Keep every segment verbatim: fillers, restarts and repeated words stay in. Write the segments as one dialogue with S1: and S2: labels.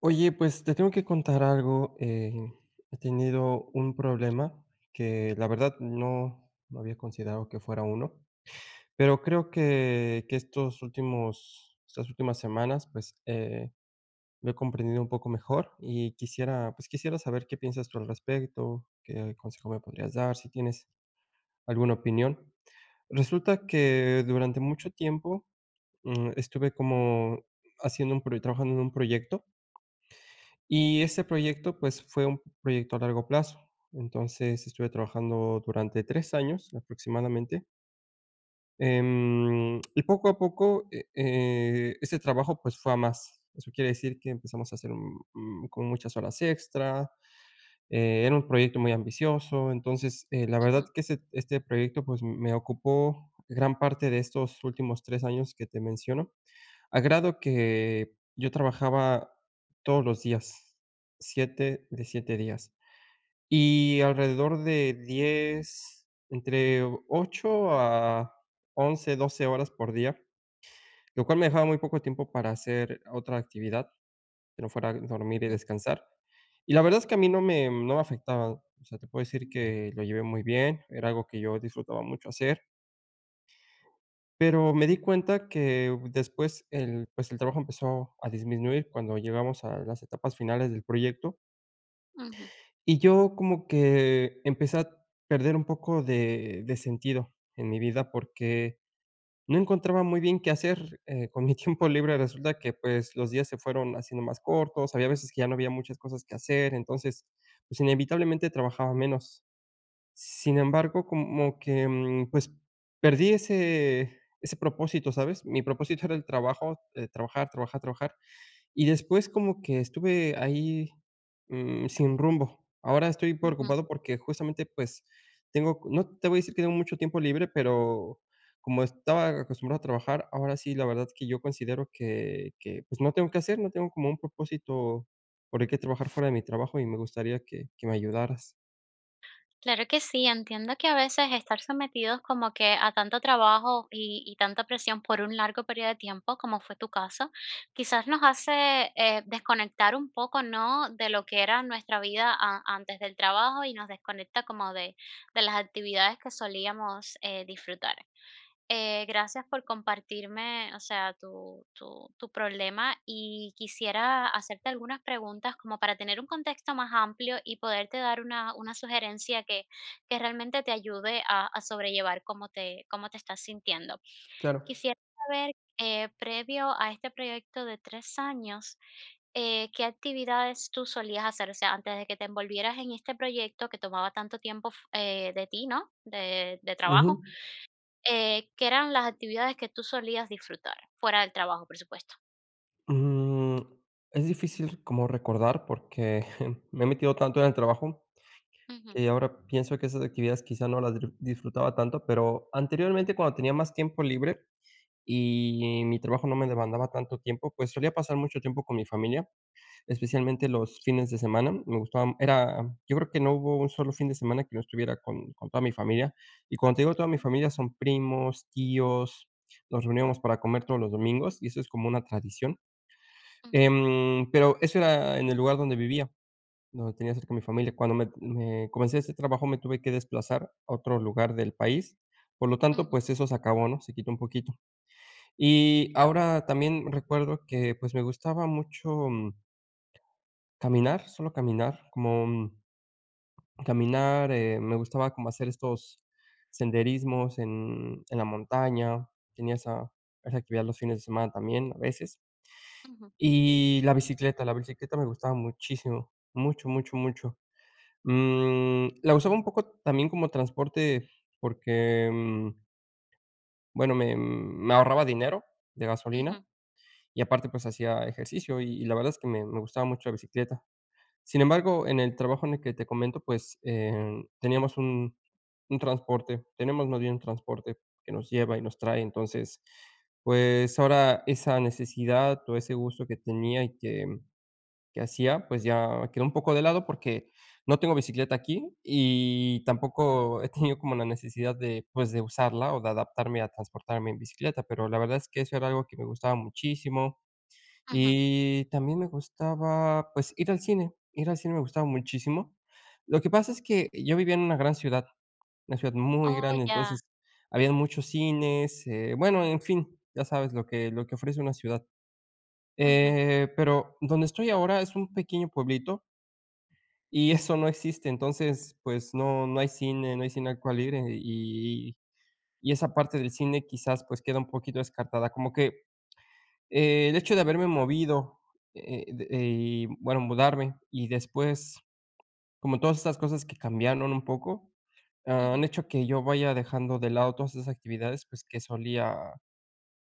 S1: Oye, pues te tengo que contar algo. Eh, he tenido un problema que la verdad no, no había considerado que fuera uno, pero creo que, que estos últimos, estas últimas semanas, pues eh, lo he comprendido un poco mejor y quisiera, pues quisiera saber qué piensas tú al respecto, qué consejo me podrías dar, si tienes alguna opinión. Resulta que durante mucho tiempo mm, estuve como haciendo un, proye- trabajando en un proyecto. Y este proyecto, pues, fue un proyecto a largo plazo. Entonces, estuve trabajando durante tres años aproximadamente. Em, y poco a poco, eh eh, ese trabajo, pues, fue a más. Eso quiere decir que empezamos a hacer, mm, mm, como muchas horas extra. Eh, era un proyecto muy ambicioso. Entonces, eh, la verdad
S2: Ujú,
S1: que ese este proyecto, pues, me ocupó gran parte de estos últimos tres años que te menciono. A grado que yo trabajaba todos los días, siete de siete días, y alrededor de diez, entre ocho a once, doce horas por día, lo cual me dejaba muy poco tiempo para hacer otra actividad que no fuera dormir y
S2: ujú,
S1: descansar. Y la verdad es que a mí no me no me afectaba, o sea, te puedo decir que lo llevé muy bien, era algo que yo disfrutaba mucho hacer. Pero me di cuenta que después el, pues, el trabajo empezó a disminuir cuando llegamos a las etapas finales del proyecto,
S2: ujú,
S1: y yo como que empecé a perder un poco de de sentido en mi vida, porque no encontraba muy bien qué hacer, eh, con mi tiempo libre. Resulta que, pues, los días se fueron haciendo más cortos, había veces que ya no había muchas cosas que hacer, entonces, pues, inevitablemente trabajaba menos. Sin embargo, como que, mm, pues, perdí ese ese propósito, ¿sabes? Mi propósito era el trabajo, eh, trabajar, trabajar, trabajar, y después como que estuve ahí, mm, sin rumbo. Ahora estoy
S2: ujú.
S1: preocupado porque justamente, pues, tengo, no te voy a decir que tengo mucho tiempo libre, pero como estaba acostumbrado a trabajar, ahora sí, la verdad que yo considero que que, pues, no tengo que hacer, no tengo como un propósito por el que trabajar fuera de mi trabajo, y me gustaría que que me ayudaras.
S2: Claro que sí, entiendo que a veces estar sometidos como que a tanto trabajo y, y tanta presión por un largo periodo de tiempo, como fue tu caso, quizás nos hace eh, desconectar un poco, ¿no? De lo que era nuestra vida a- antes del trabajo y nos desconecta como de, de las actividades que solíamos eh, disfrutar. Eh, gracias por compartirme, o sea, tu, tu, tu problema y quisiera hacerte algunas preguntas como para tener un contexto más amplio y poderte dar una, una sugerencia que, que realmente te ayude a, a sobrellevar cómo te, cómo te estás sintiendo.
S1: Claro.
S2: Quisiera saber, eh, previo a este proyecto de tres años, eh, ¿qué actividades tú solías hacer? O sea, antes de que te envolvieras en este proyecto que tomaba tanto tiempo f- eh, de ti, ¿no? De, de trabajo.
S1: Ujú.
S2: Eh, que eran las actividades que tú solías disfrutar, fuera del trabajo, por supuesto.
S1: Mm, es difícil como recordar porque me he metido tanto en el trabajo
S2: Ujú,
S1: que ahora pienso que esas actividades quizá no las dri- disfrutaba tanto, pero anteriormente cuando tenía más tiempo libre y mi trabajo no me demandaba tanto tiempo, pues solía pasar mucho tiempo con mi familia, especialmente los fines de semana. Me gustaba, era, yo creo que no hubo un solo fin de semana que no estuviera con, con toda mi familia. Y cuando te digo toda mi familia, son primos, tíos, nos reuníamos para comer todos los domingos y eso es como una tradición.
S2: ujú,
S1: Em, pero eso era en el lugar donde vivía, donde tenía cerca mi familia. Cuando me me comencé este trabajo, me tuve que desplazar a otro lugar del país. Por lo tanto,
S2: ujú,
S1: pues eso se acabó, ¿no? Se quitó un poquito. Y ahora también recuerdo que, pues, me gustaba mucho, mm, caminar, solo caminar, como, mm, caminar, eh, me gustaba como hacer estos senderismos en en la montaña. Tenía esa esa actividad los fines de semana también, a veces.
S2: ujú,
S1: Y la bicicleta, la bicicleta me gustaba muchísimo, mucho, mucho, mucho. Mm, la usaba un poco también como transporte porque, mm, bueno, me me ahorraba dinero de gasolina
S2: ujú,
S1: y aparte, pues, hacía ejercicio y y la verdad es que me me gustaba mucho la bicicleta. Sin embargo, en el trabajo en el que te comento, pues, eh, teníamos un un transporte, tenemos más bien un transporte que nos lleva y nos trae. Entonces, pues, ahora esa necesidad o ese gusto que tenía y que que hacía, pues ya quedó un poco de lado porque no tengo bicicleta aquí y tampoco he tenido como la necesidad de, pues, de usarla o de adaptarme a transportarme en bicicleta, pero la verdad es que eso era algo que me gustaba muchísimo.
S2: ujú.
S1: Y también me gustaba, pues, ir al cine, ir al cine me gustaba muchísimo. Lo que pasa es que yo vivía en una gran ciudad, una ciudad muy
S2: Oh,
S1: grande,
S2: ya.
S1: entonces habían muchos cines. Eh, bueno, en fin, ya sabes lo que lo que ofrece una ciudad.
S2: Ujú,
S1: Eh, pero donde estoy ahora es un pequeño pueblito y eso no existe, entonces, pues, no no hay cine, no hay cine al cual ir, eh, y y esa parte del cine quizás, pues, queda un poquito descartada, como que, eh, el hecho de haberme movido, eh, de eh, y bueno, mudarme, y después, como todas estas cosas que cambiaron un poco, ah, han
S2: ujú.
S1: hecho que yo vaya dejando de lado todas esas actividades, pues, que solía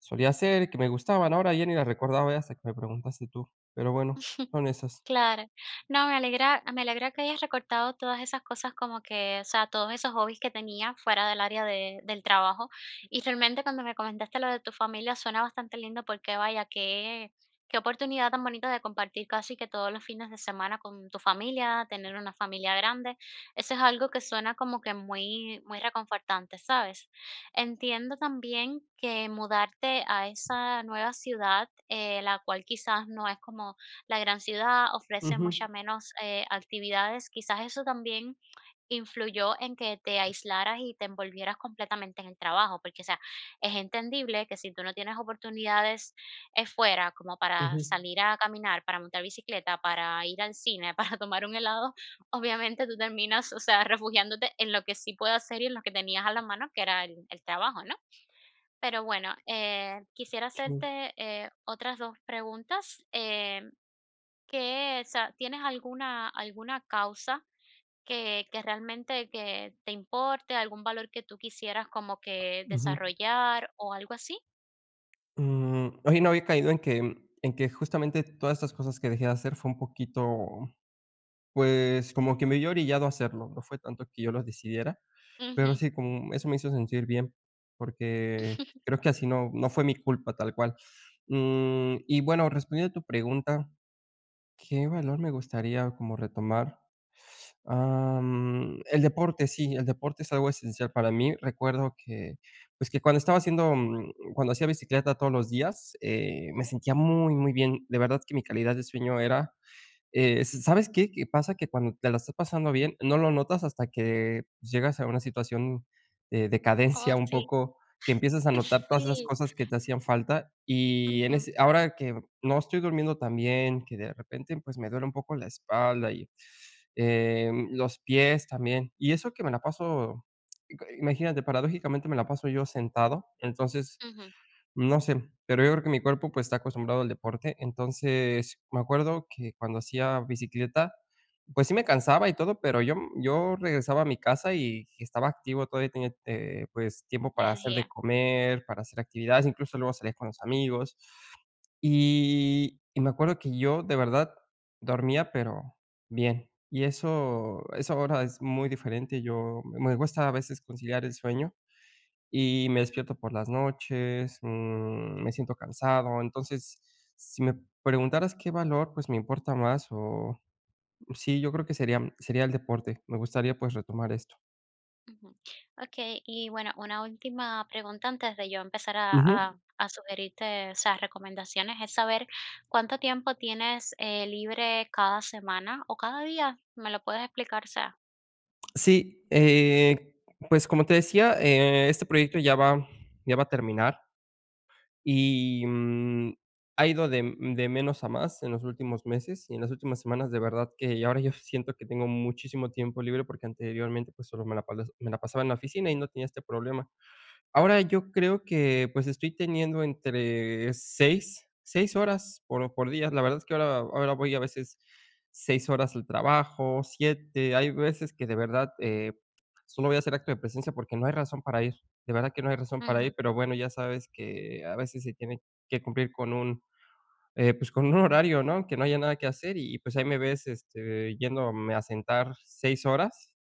S1: solía hacer, que me gustaban, ahora ya ni las recordaba, eh, hasta que me preguntaste tú, pero bueno, son esas.
S2: Claro. No, me alegra me alegra que hayas recortado todas esas cosas como que, o sea, todos esos hobbies que tenía fuera del área de del trabajo. Y realmente cuando me comentaste lo de tu familia suena bastante lindo porque vaya, qué qué oportunidad tan bonita de compartir casi que todos los fines de semana con tu familia, tener una familia grande. Eso es algo que suena como que muy muy reconfortante, ¿sabes? Entiendo también que mudarte a esa nueva ciudad, eh, la cual quizás no es como la gran ciudad ofrece
S1: Ujú,
S2: muchas menos, eh, actividades. Quizás eso también influyó en que te aislaras y te envolvieras completamente en el trabajo, porque, o sea, es entendible que si tú no tienes oportunidades, eh, fuera, como para
S1: ujú,
S2: salir a caminar, para montar bicicleta, para ir al cine, para tomar un helado, obviamente tú terminas, o sea, refugiándote en lo que sí puedes hacer y en lo que tenías a la mano, que era el el trabajo, ¿no? Pero bueno, eh, quisiera
S1: sí,
S2: hacerte, eh, otras dos preguntas, eh, ¿qué, o sea, tienes alguna alguna causa que que realmente que te importe, algún valor que tú quisieras como que
S1: ujú.
S2: desarrollar o algo así?
S1: Mm, oye, no había caído en que en que justamente todas estas cosas que dejé de hacer fue un poquito, pues, como que me vi orillado a hacerlo, no fue tanto que yo lo decidiera, pero
S2: Ujú,
S1: sí, como eso me hizo sentir bien, porque creo que así no no fue mi culpa tal cual. Mm, y bueno, respondiendo a tu pregunta, ¿qué valor me gustaría como retomar? Am, el deporte, sí, el deporte es algo esencial para mí. Recuerdo que, pues, que cuando estaba haciendo, mm, cuando hacía bicicleta todos los días, eh, me
S2: ujú.
S1: sentía muy, muy bien. De verdad que mi calidad de sueño era, eh, ¿sabes qué? Que pasa que cuando te la estás pasando bien, no lo notas hasta que, pues, llegas a una situación de decadencia
S2: Oh,
S1: un
S2: sí,
S1: poco, que empiezas a notar todas esas
S2: sí.
S1: cosas que te hacían falta. Y en
S2: Ujú,
S1: ese ahora que no estoy durmiendo tan bien, que de repente, pues, me duele un poco la espalda y, em, los pies también. Y eso que me la paso, imagínate, paradójicamente me la paso yo sentado, entonces
S2: ujú.
S1: no sé, pero yo creo que mi cuerpo, pues, está acostumbrado al deporte. Entonces, me acuerdo que cuando hacía bicicleta, pues, sí me cansaba y todo, pero yo yo regresaba a mi casa y estaba activo, todavía tenía, eh, pues, tiempo para hacer de
S2: Energía.
S1: comer, para hacer actividades, incluso luego salía con los amigos. Y y me acuerdo que yo, de verdad, dormía, pero bien. Y eso eso ahora es muy diferente. Yo me cuesta a veces conciliar el sueño y me despierto por las noches, mm, me siento cansado. Entonces, si me preguntaras qué valor, pues, me importa más o sí, yo creo que sería, mm, sería el deporte. Me gustaría, pues, retomar esto.
S2: Ujú. Okey, y bueno, una última pregunta antes de yo empezar a
S1: Ujú.
S2: a a sugerirte, o sea, recomendaciones, es saber cuánto tiempo tienes, eh, libre cada semana o cada día, ¿me lo puedes explicar? O sea,
S1: Sí, eh, pues, como te decía, eh, este proyecto ya va ya va a terminar. Y, mm, ha ido de mm, de menos a más en los últimos meses y en las últimas semanas, de verdad que ahora yo siento que tengo muchísimo tiempo libre, porque anteriormente, pues, solo me la pala me la pasaba en la oficina y no tenía este problema. Ahora yo creo que, pues, estoy teniendo entre seis seis horas por por día. La verdad es que ahora ahora voy a veces seis horas al trabajo, siete. Hay veces que de verdad, eh, solo voy a hacer acto de presencia porque no hay razón para ir. De verdad que no hay razón para ir,
S2: ujú,
S1: pero bueno, ya sabes que a veces se tiene que cumplir con un, eh, pues, con un horario, ¿no? Que no haya nada que hacer y, pues, ahí me ves, este, yéndome a sentar seis horas,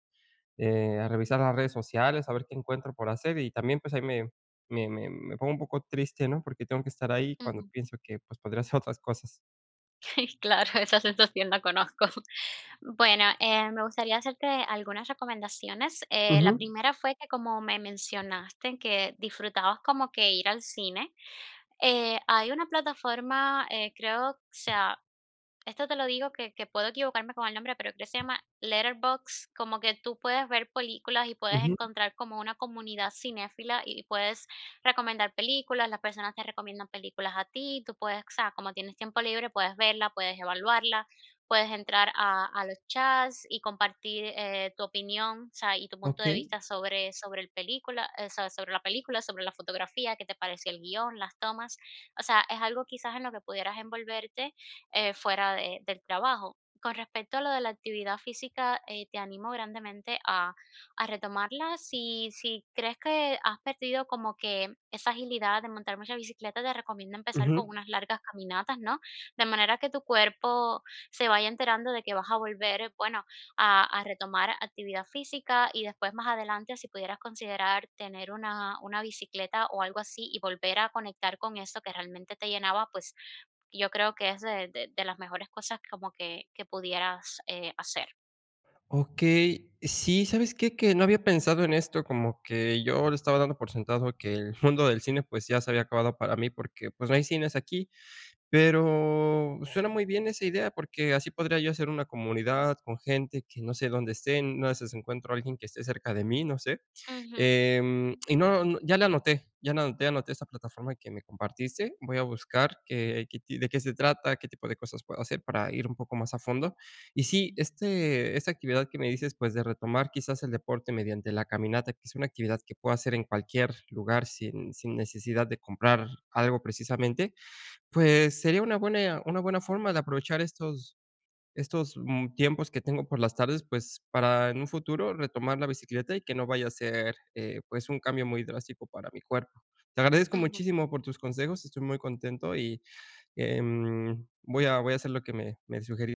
S1: eh, a revisar las redes sociales, a ver qué encuentro por hacer y también, pues, ahí me me me me pongo un poco triste, ¿no? Porque tengo que estar ahí cuando
S2: ujú.
S1: pienso que, pues, podría hacer otras cosas.
S2: Claro, esa sensación la conozco. Bueno, eh, me gustaría hacerte algunas recomendaciones. Eh, la
S1: Ujú,
S2: primera fue que como me mencionaste que disfrutabas como que ir al cine, eh, hay una plataforma, eh, creo, o sea, esto te lo digo que que puedo equivocarme con el nombre, pero creo que se llama Letterbox como que tú puedes ver películas y puedes
S1: ujú,
S2: encontrar como una comunidad cinéfila y puedes recomendar películas, las personas te recomiendan películas a ti, tú puedes, o sea, como tienes tiempo libre, puedes verla, puedes evaluarla, puedes entrar a a los chats y compartir, eh, tu opinión, o sea, y tu punto de
S1: okey,
S2: vista sobre sobre el película, eh, so sobre la película, sobre la fotografía, qué te pareció el guión, las tomas. O sea, es algo quizás en lo que pudieras envolverte eh, fuera de- del trabajo. Con respecto a lo de la actividad física, eh, te animo grandemente a, a retomarla. Si, si crees que has perdido como que esa agilidad de montar mucha bicicleta, te recomiendo empezar
S1: ujú.
S2: con unas largas caminatas, ¿no? De manera que tu cuerpo se vaya enterando de que vas a volver, bueno, a, a retomar actividad física y después más adelante si pudieras considerar tener una, una bicicleta o algo así y volver a conectar con eso que realmente te llenaba, pues yo creo que es de de de las mejores cosas como que que pudieras, eh, hacer.
S1: Okey, sí, ¿sabes qué? Que no había pensado en esto, como que yo le estaba dando por sentado que el mundo del cine, pues, ya se había acabado para mí porque, pues, no hay cines aquí. Pero suena muy bien esa idea, porque así podría yo hacer una comunidad con gente que no sé dónde estén, no sé si encuentro a alguien que esté cerca de mí, no sé.
S2: Ujú,
S1: Em, y no, no, ya la anoté, ya la anoté, anoté esta plataforma que me compartiste. Voy a buscar qué qué ti de qué se trata, qué tipo de cosas puedo hacer para ir un poco más a fondo. Y sí, este esta actividad que me dices, pues, de retomar quizás el deporte mediante la caminata, que es una actividad que puedo hacer en cualquier lugar sin sin necesidad de comprar algo precisamente,
S2: ujú,
S1: pues, sería una buena una buena forma de aprovechar estos estos, mm, tiempos que tengo por las tardes, pues, para en un futuro retomar la bicicleta y que no vaya a ser, eh, pues, un cambio muy drástico para mi cuerpo. Te agradezco
S2: ujú.
S1: muchísimo por tus consejos, estoy muy contento y, em, voy a voy a hacer lo que me me sugeriste.